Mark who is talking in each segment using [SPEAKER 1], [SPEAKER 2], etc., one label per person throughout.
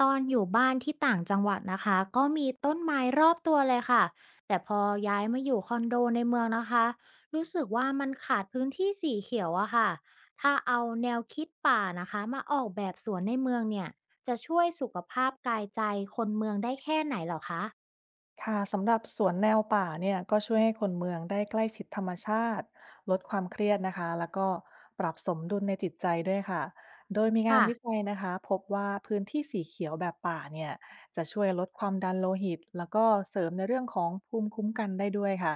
[SPEAKER 1] ตอนอยู่บ้านที่ต่างจังหวัดนะคะก็มีต้นไม้รอบตัวเลยค่ะแต่พอย้ายมาอยู่คอนโดในเมืองนะคะรู้สึกว่ามันขาดพื้นที่สีเขียวอะค่ะถ้าเอาแนวคิดป่านะคะมาออกแบบสวนในเมืองเนี่ยจะช่วยสุขภาพกายใจคนเมืองได้แค่ไหนเหรอคะ
[SPEAKER 2] ค่ะสำหรับสวนแนวป่าเนี่ยก็ช่วยให้คนเมืองได้ใกล้ชิดธรรมชาติลดความเครียดนะคะแล้วก็ปรับสมดุลในจิตใจด้วยค่ะโดยมีงาน
[SPEAKER 1] ค่ะ
[SPEAKER 2] วิจัยนะคะพบว่าพื้นที่สีเขียวแบบป่าเนี่ยจะช่วยลดความดันโลหิตแล้วก็เสริมในเรื่องของภูมิคุ้มกันได้ด้วยค่ะ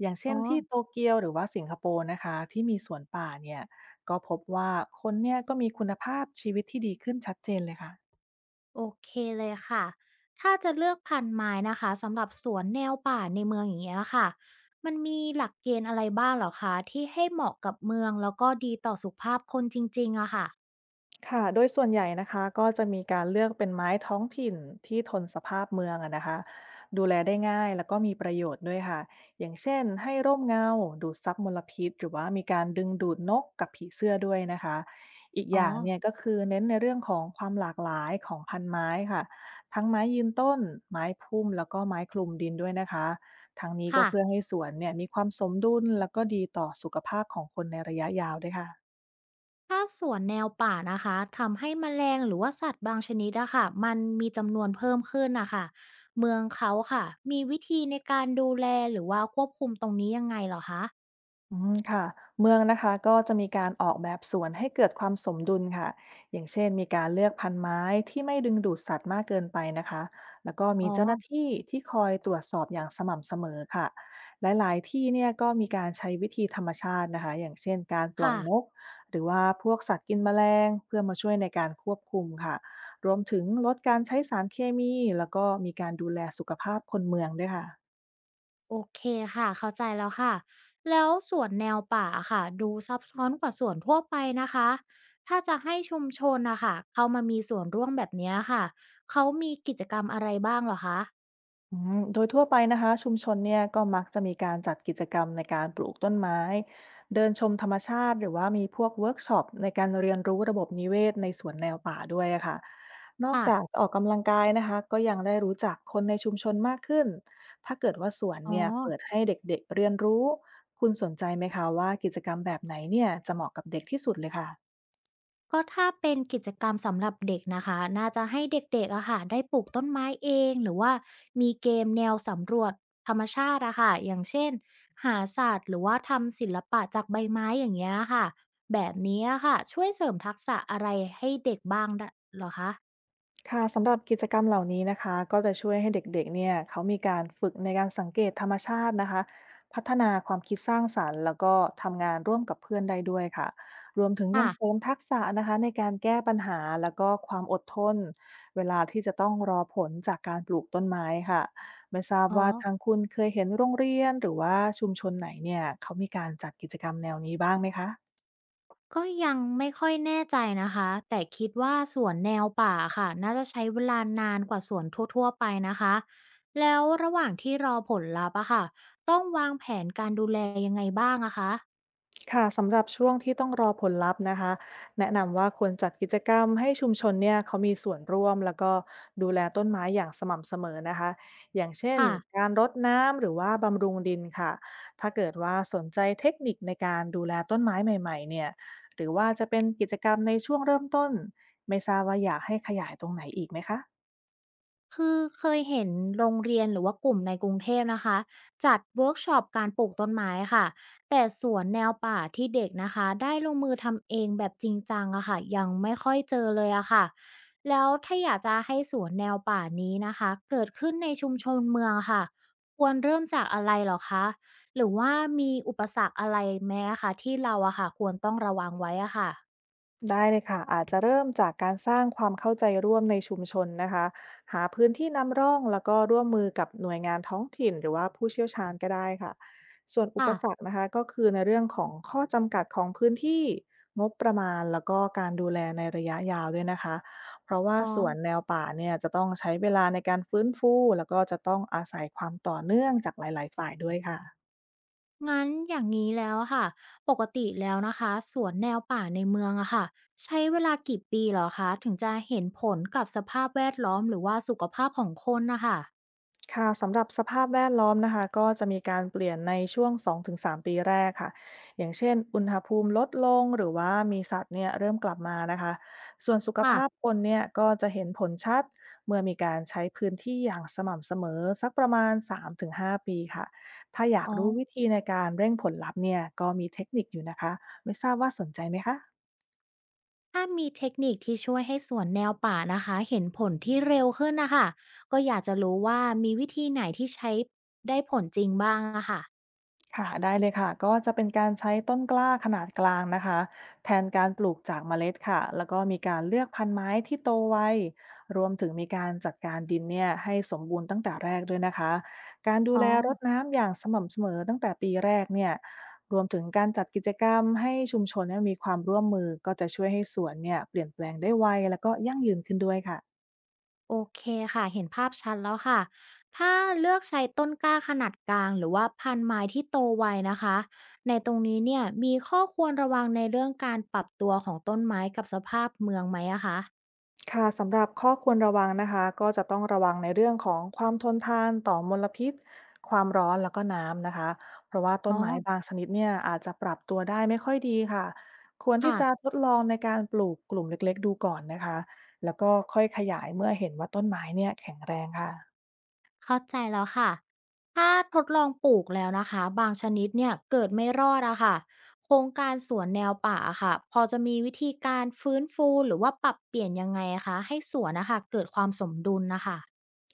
[SPEAKER 2] อย่างเช่
[SPEAKER 1] อ๋อ
[SPEAKER 2] นที่โตเกียวหรือว่าสิงคโปร์นะคะที่มีสวนป่าเนี่ยก็พบว่าคนเนี่ยก็มีคุณภาพชีวิตที่ดีขึ้นชัดเจนเลยค่ะ
[SPEAKER 1] โอเคเลยค่ะ ถ้าจะเลือกพันธุ์ไม้นะคะสำหรับสวนแนวป่าในเมืองอย่างเงี้ยค่ะมันมีหลักเกณฑ์อะไรบ้างเหรอคะที่ให้เหมาะกับเมืองแล้วก็ดีต่อสุขภาพคนจริงๆอะค่ะ
[SPEAKER 2] ค่ะโดยส่วนใหญ่นะคะก็จะมีการเลือกเป็นไม้ท้องถิ่นที่ทนสภาพเมืองอะนะคะดูแลได้ง่ายแล้วก็มีประโยชน์ด้วยค่ะอย่างเช่นให้ร่มเงาดูดซับมลพิษหรือว่ามีการดึงดูดนกกับผีเสื้อด้วยนะคะอีกอ
[SPEAKER 1] อ๋อ
[SPEAKER 2] ย่างเนี่ยก็คือเน้นในเรื่องของความหลากหลายของพันไม้ค่ะทั้งไม้ยืนต้นไม้พุ่มแล้วก็ไม้คลุมดินด้วยนะคะทั้งนี้ก็
[SPEAKER 1] ค่ะ
[SPEAKER 2] เพื่อให้สวนเนี่ยมีความสมดุลแล้วก็ดีต่อสุขภาพของคนในระยะยาวด้วยค่ะ
[SPEAKER 1] ถ้าสวนแนวป่านะคะทำให้แมลงหรือว่าสัตว์บางชนิดอะค่ะมันมีจำนวนเพิ่มขึ้นนะคะเมืองเขาค่ะมีวิธีในการดูแลหรือว่าควบคุมตรงนี้ยังไงเหรอคะ
[SPEAKER 2] อืมค่ะเมืองนะคะก็จะมีการออกแบบสวนให้เกิดความสมดุลค่ะอย่างเช่นมีการเลือกพันธุ์ไม้ที่ไม่ดึงดูดสัตว์มากเกินไปนะคะแล้วก็มี
[SPEAKER 1] อ๋อ
[SPEAKER 2] เจ้าหน้าที่ที่คอยตรวจสอบอย่างสม่ำเสมอค่ะหลายๆที่เนี่ยก็มีการใช้วิธีธรรมชาตินะคะอย่างเช่นการปล่อ
[SPEAKER 1] ค่ะ
[SPEAKER 2] ยนกหรือว่าพวกสัตว์กินแมลงเพื่อมาช่วยในการควบคุมค่ะรวมถึงลดการใช้สารเคมีแล้วก็มีการดูแลสุขภาพคนเมืองด้วยค่ะ
[SPEAKER 1] โอเคค่ะเข้าใจแล้วค่ะแล้วสวนแนวป่าค่ะดูซับซ้อนกว่าสวนทั่วไปนะคะถ้าจะให้ชุมชนนะคะเขามามีส่วนร่วมแบบเนี้ยค่ะเขามีกิจกรรมอะไรบ้างเหรอคะ
[SPEAKER 2] อืมโดยทั่วไปนะคะชุมชนเนี่ยก็มักจะมีการจัดกิจกรรมในการปลูกต้นไม้เดินชมธรรมชาติหรือว่ามีพวกเวิร์กช็อปในการเรียนรู้ระบบนิเวศในสวนแนวป่าด้วยอะค่ะนอก
[SPEAKER 1] ค่ะ
[SPEAKER 2] จากจะออกกำลังกายนะคะก็ยังได้รู้จักคนในชุมชนมากขึ้นถ้าเกิดว่าสวน
[SPEAKER 1] อ๋อ
[SPEAKER 2] เนี่ยเปิดให้เด็กๆเรียนรู้คุณสนใจไหมคะว่ากิจกรรมแบบไหนเนี่ยจะเหมาะกับเด็กที่สุดเลยค่ะ
[SPEAKER 1] ก็ถ้าเป็นกิจกรรมสำหรับเด็กนะคะน่าจะให้เด็กๆอะค่ะได้ปลูกต้นไม้เองหรือว่ามีเกมแนวสำรวจธรรมชาติอะค่ะอย่างเช่นหาศาสตร์หรือว่าทำศิลปะจากใบไม้อย่างเงี้ยค่ะแบบนี้อะค่ะช่วยเสริมทักษะอะไรให้เด็กบ้างได้เหรอคะ
[SPEAKER 2] ค่ะสำหรับกิจกรรมเหล่านี้นะคะก็จะช่วยให้เด็กๆเนี่ยเขามีการฝึกในการสังเกตธรรมชาตินะคะพัฒนาความคิดสร้างสรรค์แล้วก็ทำงานร่วมกับเพื่อนได้ด้วยค่ะรวมถึงยั
[SPEAKER 1] ค่ะ
[SPEAKER 2] งเสริมทักษะนะคะในการแก้ปัญหาแล้วก็ความอดทนเวลาที่จะต้องรอผลจากการปลูกต้นไม้ค่ะไม่ทราบ
[SPEAKER 1] อ๋อ
[SPEAKER 2] ว่าทางคุณเคยเห็นโรงเรียนหรือว่าชุมชนไหนเนี่ยเขามีการจัดกิจกรรมแนวนี้บ้างไหมคะ
[SPEAKER 1] ก็ยังไม่ค่อยแน่ใจนะคะแต่คิดว่าสวนแนวป่าค่ะน่าจะใช้เวลานานกว่าสวนทั่วๆไปนะคะแล้วระหว่างที่รอผลลัพธ์อะค่ะต้องวางแผนการดูแลยังไงบ้างอะคะ
[SPEAKER 2] ค่ะสำหรับช่วงที่ต้องรอผลลัพธ์นะคะแนะนำว่าควรจัดกิจกรรมให้ชุมชนเนี่ยเขามีส่วนร่วมแล้วก็ดูแลต้นไม้อย่างสม่ำเสมอนะคะอย่างเช่น
[SPEAKER 1] ค่ะ
[SPEAKER 2] การรดน้ำหรือว่าบำรุงดินค่ะถ้าเกิดว่าสนใจเทคนิคในการดูแลต้นไม้ใหม่ๆเนี่ยหรือว่าจะเป็นกิจกรรมในช่วงเริ่มต้นไม่ทราบว่าอยากให้ขยายตรงไหนอีกไหมคะ
[SPEAKER 1] คือเคยเห็นโรงเรียนหรือว่ากลุ่มในกรุงเทพนะคะจัดเวิร์กช็อปการปลูกต้นไม้ค่ะแต่สวนแนวป่าที่เด็กนะคะได้ลงมือทำเองแบบจริงจังอะค่ะยังไม่ค่อยเจอเลยอะค่ะแล้วถ้าอยากจะให้สวนแนวป่านี้นะคะเกิดขึ้นในชุมชนเมืองค่ะควรเริ่มจากอะไรเหรอคะหรือว่ามีอุปสรรคอะไรแม้คะที่เราอะค่ะควรต้องระวังไว้อะค่ะ
[SPEAKER 2] ได้เลยค่ะอาจจะเริ่มจากการสร้างความเข้าใจร่วมในชุมชนนะคะหาพื้นที่นำร่องแล้วก็ร่วมมือกับหน่วยงานท้องถิ่นหรือว่าผู้เชี่ยวชาญก็ได้ค่ะส่วนอุป
[SPEAKER 1] ค่ะ
[SPEAKER 2] สรรคนะคะก็คือในเรื่องของข้อจำกัดของพื้นที่งบประมาณแล้วก็การดูแลในระยะยาวด้วยนะคะเพราะว่า
[SPEAKER 1] อ๋อ
[SPEAKER 2] สวนแนวป่าเนี่ยจะต้องใช้เวลาในการฟื้นฟูแล้วก็จะต้องอาศัยความต่อเนื่องจากหลายๆ ฝ่ายด้วยค่ะ
[SPEAKER 1] งั้นอย่างนี้แล้วค่ะปกติแล้วนะคะสวนแนวป่าในเมืองอะค่ะใช้เวลากี่ปีเหรอคะถึงจะเห็นผลกับสภาพแวดล้อมหรือว่าสุขภาพของคนนะคะ
[SPEAKER 2] ค่ะสำหรับสภาพแวดล้อมนะคะก็จะมีการเปลี่ยนในช่วง2-3ปีแรกค่ะอย่างเช่นอุณหภูมิลดลงหรือว่ามีสัตว์เนี่ยเริ่มกลับมานะคะส่วนสุขภาพค
[SPEAKER 1] ค่ะ
[SPEAKER 2] นเนี่ยก็จะเห็นผลชัดเมื่อมีการใช้พื้นที่อย่างสม่ำเสมอสักประมาณ3-5ปีค่ะถ้าอยาก
[SPEAKER 1] อ๋อ
[SPEAKER 2] รู้วิธีในการเร่งผลลัพธ์เนี่ยก็มีเทคนิคอยู่นะคะไม่ทราบว่าสนใจไหมคะ
[SPEAKER 1] ถ้ามีเทคนิคที่ช่วยให้สวนแนวป่านะคะเห็นผลที่เร็วขึ้นนะคะก็อยากจะรู้ว่ามีวิธีไหนที่ใช้ได้ผลจริงบ้างอะค่ะ
[SPEAKER 2] ค่ะได้เลยค่ะก็จะเป็นการใช้ต้นกล้าขนาดกลางนะคะแทนการปลูกจากเมล็ดค่ะแล้วก็มีการเลือกพันธุ์ไม้ที่โตไวรวมถึงมีการจัดการดินเนี่ยให้สมบูรณ์ตั้งแต่แรกด้วยนะคะการดู
[SPEAKER 1] อ๋อ
[SPEAKER 2] แลรดน้ำอย่างสม่ำเสมอตั้งแต่ปีแรกเนี่ยรวมถึงการจัดกิจกรรมให้ชุมชนเนี่ยมีความร่วมมือก็จะช่วยให้สวนเนี่ยเปลี่ยนแปลงได้ไวแล้วก็ยั่งยืนขึ้นด้วยค่ะ
[SPEAKER 1] โอเคค่ะเห็นภาพชัดแล้วค่ะถ้าเลือกใช้ต้นกล้าขนาดกลางหรือว่าพันธุ์ไม้ที่โตไวนะคะในตรงนี้เนี่ยมีข้อควรระวังในเรื่องการปรับตัวของต้นไม้กับสภาพเมืองไหมอะคะ
[SPEAKER 2] ค่ะสำหรับข้อควรระวังนะคะก็จะต้องระวังในเรื่องของความทนทานต่อมลพิษความร้อนแล้วก็น้ำนะคะเพราะว่าต้
[SPEAKER 1] อ๋อ
[SPEAKER 2] นไม้บางชนิดเนี่ยอาจจะปรับตัวได้ไม่ค่อยดีค่ะควรที่
[SPEAKER 1] ค่ะ
[SPEAKER 2] จะทดลองในการปลูกกลุ่มเล็กๆดูก่อนนะคะแล้วก็ค่อยขยายเมื่อเห็นว่าต้นไม้เนี่ยแข็งแรงค่ะ
[SPEAKER 1] เข้าใจแล้วค่ะถ้าทดลองปลูกแล้วนะคะบางชนิดเนี่ยเกิดไม่รอดอะค่ะโครงการสวนแนวป่าอะค่ะพอจะมีวิธีการฟื้นฟูหรือว่าปรับเปลี่ยนยังไงอะคะให้สวนนะคะเกิดความสมดุลนะคะ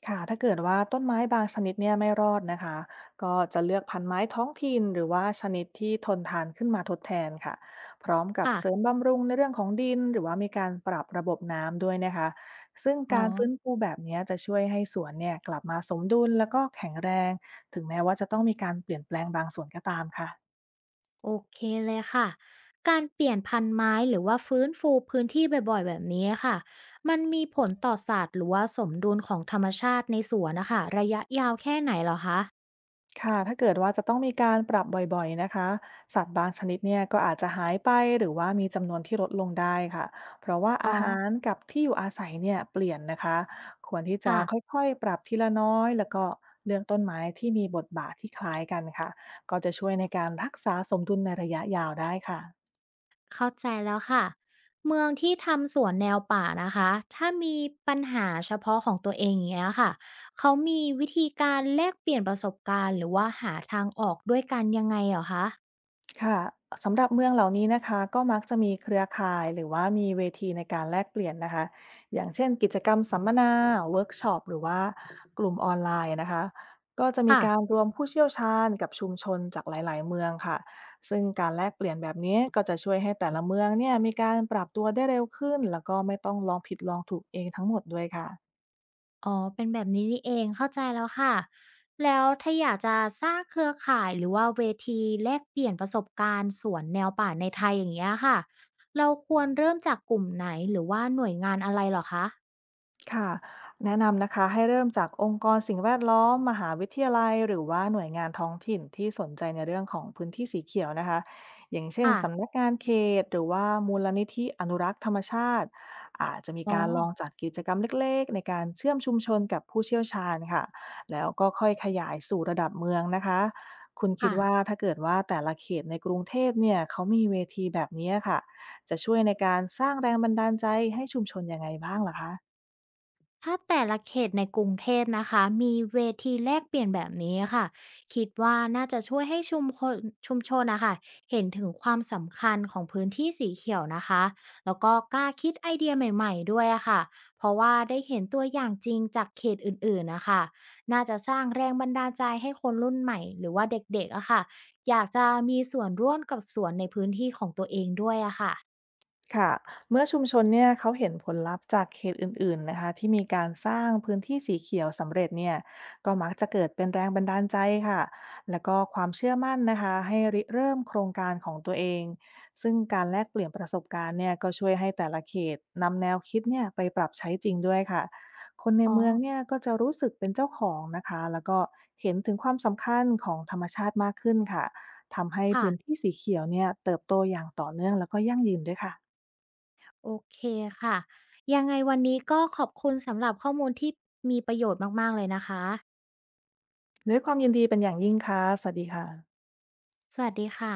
[SPEAKER 2] ค่ะถ้าเกิดว่าต้นไม้บางชนิดเนี่ยไม่รอดนะคะก็จะเลือกพันธุ์ไม้ท้องถิ่นหรือว่าชนิดที่ทนทานขึ้นมาทดแทนค่ะพร้อมกับเสริม
[SPEAKER 1] ค่ะ
[SPEAKER 2] บำรุงในเรื่องของดินหรือว่ามีการปรับระบบน้ำด้วยนะคะซึ่ง
[SPEAKER 1] อ๋อ
[SPEAKER 2] การฟื้นฟูแบบเนี้ยจะช่วยให้สวนเนี่ยกลับมาสมดุลแล้วก็แข็งแรงถึงแม้ว่าจะต้องมีการเปลี่ยนแปลงบางส่วนก็ตามค่ะ
[SPEAKER 1] โอเคเลยค่ะการเปลี่ยนพันธุ์ไม้หรือว่าฟื้นฟูพื้นที่บ่อยๆแบบนี้ค่ะมันมีผลต่อศาสตร์หรือว่าสมดุลของธรรมชาติในสวนนะคะระยะยาวแค่ไหนเหรอคะ
[SPEAKER 2] ค่ะถ้าเกิดว่าจะต้องมีการปรับบ่อยๆนะคะสัตว์บางชนิดเนี่ยก็อาจจะหายไปหรือว่ามีจำนวนที่ลดลงได้ค่ะเพราะว่า
[SPEAKER 1] อ๋อ
[SPEAKER 2] อาหารกับที่อยู่อาศัยเนี่ยเปลี่ยนนะคะควรที่จะ
[SPEAKER 1] ค่ะ
[SPEAKER 2] ค่อยๆปรับทีละน้อยแล้วก็เลือกต้นไม้ที่มีบทบาทที่คล้ายกันค่ะก็จะช่วยในการรักษาสมดุลในระยะยาวได้ค่ะ
[SPEAKER 1] เข้าใจแล้วค่ะเมืองที่ทำสวนแนวป่านะคะถ้ามีปัญหาเฉพาะของตัวเองอย่างเงี้ยค่ะเขามีวิธีการแลกเปลี่ยนประสบการณ์หรือว่าหาทางออกด้วยกันยังไงเหรอคะ
[SPEAKER 2] ค่ะสำหรับเมืองเหล่านี้นะคะก็มักจะมีเครือข่ายหรือว่ามีเวทีในการแลกเปลี่ยนนะคะอย่างเช่นกิจกรรมสัมมนาเวิร์กช็อปหรือว่ากลุ่มออนไลน์นะคะก็จะมี
[SPEAKER 1] ค่ะ
[SPEAKER 2] การรวมผู้เชี่ยวชาญกับชุมชนจากหลายๆเมืองค่ะซึ่งการแลกเปลี่ยนแบบนี้ก็จะช่วยให้แต่ละเมืองเนี่ยมีการปรับตัวได้เร็วขึ้นแล้วก็ไม่ต้องลองผิดลองถูกเองทั้งหมดด้วยค่ะ
[SPEAKER 1] อ๋อ เป็นแบบนี้นี่เอง เข้าใจแล้วค่ะ แล้วถ้าอยากจะสร้างเครือข่ายหรือว่าเวทีแลกเปลี่ยนประสบการณ์สวนแนวป่าในไทยอย่างเงี้ยค่ะ เราควรเริ่มจากกลุ่มไหนหรือว่าหน่วยงานอะไรเหรอคะ
[SPEAKER 2] ค่ะแนะนำนะคะให้เริ่มจากองค์กรสิ่งแวดล้อมมหาวิทยาลัยหรือว่าหน่วยงานท้องถิ่นที่สนใจในเรื่องของพื้นที่สีเขียวนะคะอย่างเช่นสำ
[SPEAKER 1] ค่ะ
[SPEAKER 2] นักงานเขตหรือว่ามูลนิธิอนุรักษ์ธรรมชาติอาจจะมี
[SPEAKER 1] อ๋อ
[SPEAKER 2] การลองจัดกิจกรรมเล็กๆในการเชื่อมชุมชนกับผู้เชี่ยวชาญค่ะแล้วก็ค่อยขยายสู่ระดับเมืองนะคะคุณคิด
[SPEAKER 1] ค่ะ
[SPEAKER 2] ว่าถ้าเกิดว่าแต่ละเขตในกรุงเทพเนี่ยเขามีเวทีแบบนี้ค่ะจะช่วยในการสร้างแรงบันดาลใจให้ชุมชนยังไงบ้างล่ะคะ
[SPEAKER 1] ถ้าแต่ละเขตในกรุงเทพนะคะมีเวทีแลกเปลี่ยนแบบนี้ค่ะคิดว่าน่าจะช่วยให้ชุมชนนะคะเห็นถึงความสำคัญของพื้นที่สีเขียวนะคะแล้วก็กล้าคิดไอเดียใหม่ๆด้วยอะค่ะเพราะว่าได้เห็นตัวอย่างจริงจากเขตอื่นๆนะคะน่าจะสร้างแรงบันดาลใจให้คนรุ่นใหม่หรือว่าเด็กๆอะค่ะอยากจะมีส่วนร่วมกับสวนในพื้นที่ของตัวเองด้วยอะค่ะ
[SPEAKER 2] ค่ะเมื่อชุมชนเนี่ยเขาเห็นผลลัพธ์จากเขตอื่นๆนะคะที่มีการสร้างพื้นที่สีเขียวสำเร็จเนี่ยก็มักจะเกิดเป็นแรงบันดาลใจค่ะแล้วก็ความเชื่อมั่นนะคะให้ริเริ่มโครงการของตัวเองซึ่งการแลกเปลี่ยนประสบการณ์เนี่ยก็ช่วยให้แต่ละเขตนำแนวคิดเนี่ยไปปรับใช้จริงด้วยค่ะคนใน
[SPEAKER 1] อ๋อ
[SPEAKER 2] เมืองเนี่ยก็จะรู้สึกเป็นเจ้าของนะคะแล้วก็เห็นถึงความสำคัญของธรรมชาติมากขึ้นค่ะทำให้
[SPEAKER 1] ค่ะ
[SPEAKER 2] พื้นที่สีเขียวเนี่ยเติบโตอย่างต่อเนื่องแล้วก็ยั่งยืนด้วยค่ะ
[SPEAKER 1] โอเคค่ะยังไงวันนี้ก็ขอบคุณสำหรับข้อมูลที่มีประโยชน์มากๆเลยนะคะ
[SPEAKER 2] ด้วยความยินดีเป็นอย่างยิ่งค่ะสวัสดีค่ะ
[SPEAKER 1] สวัสดีค่ะ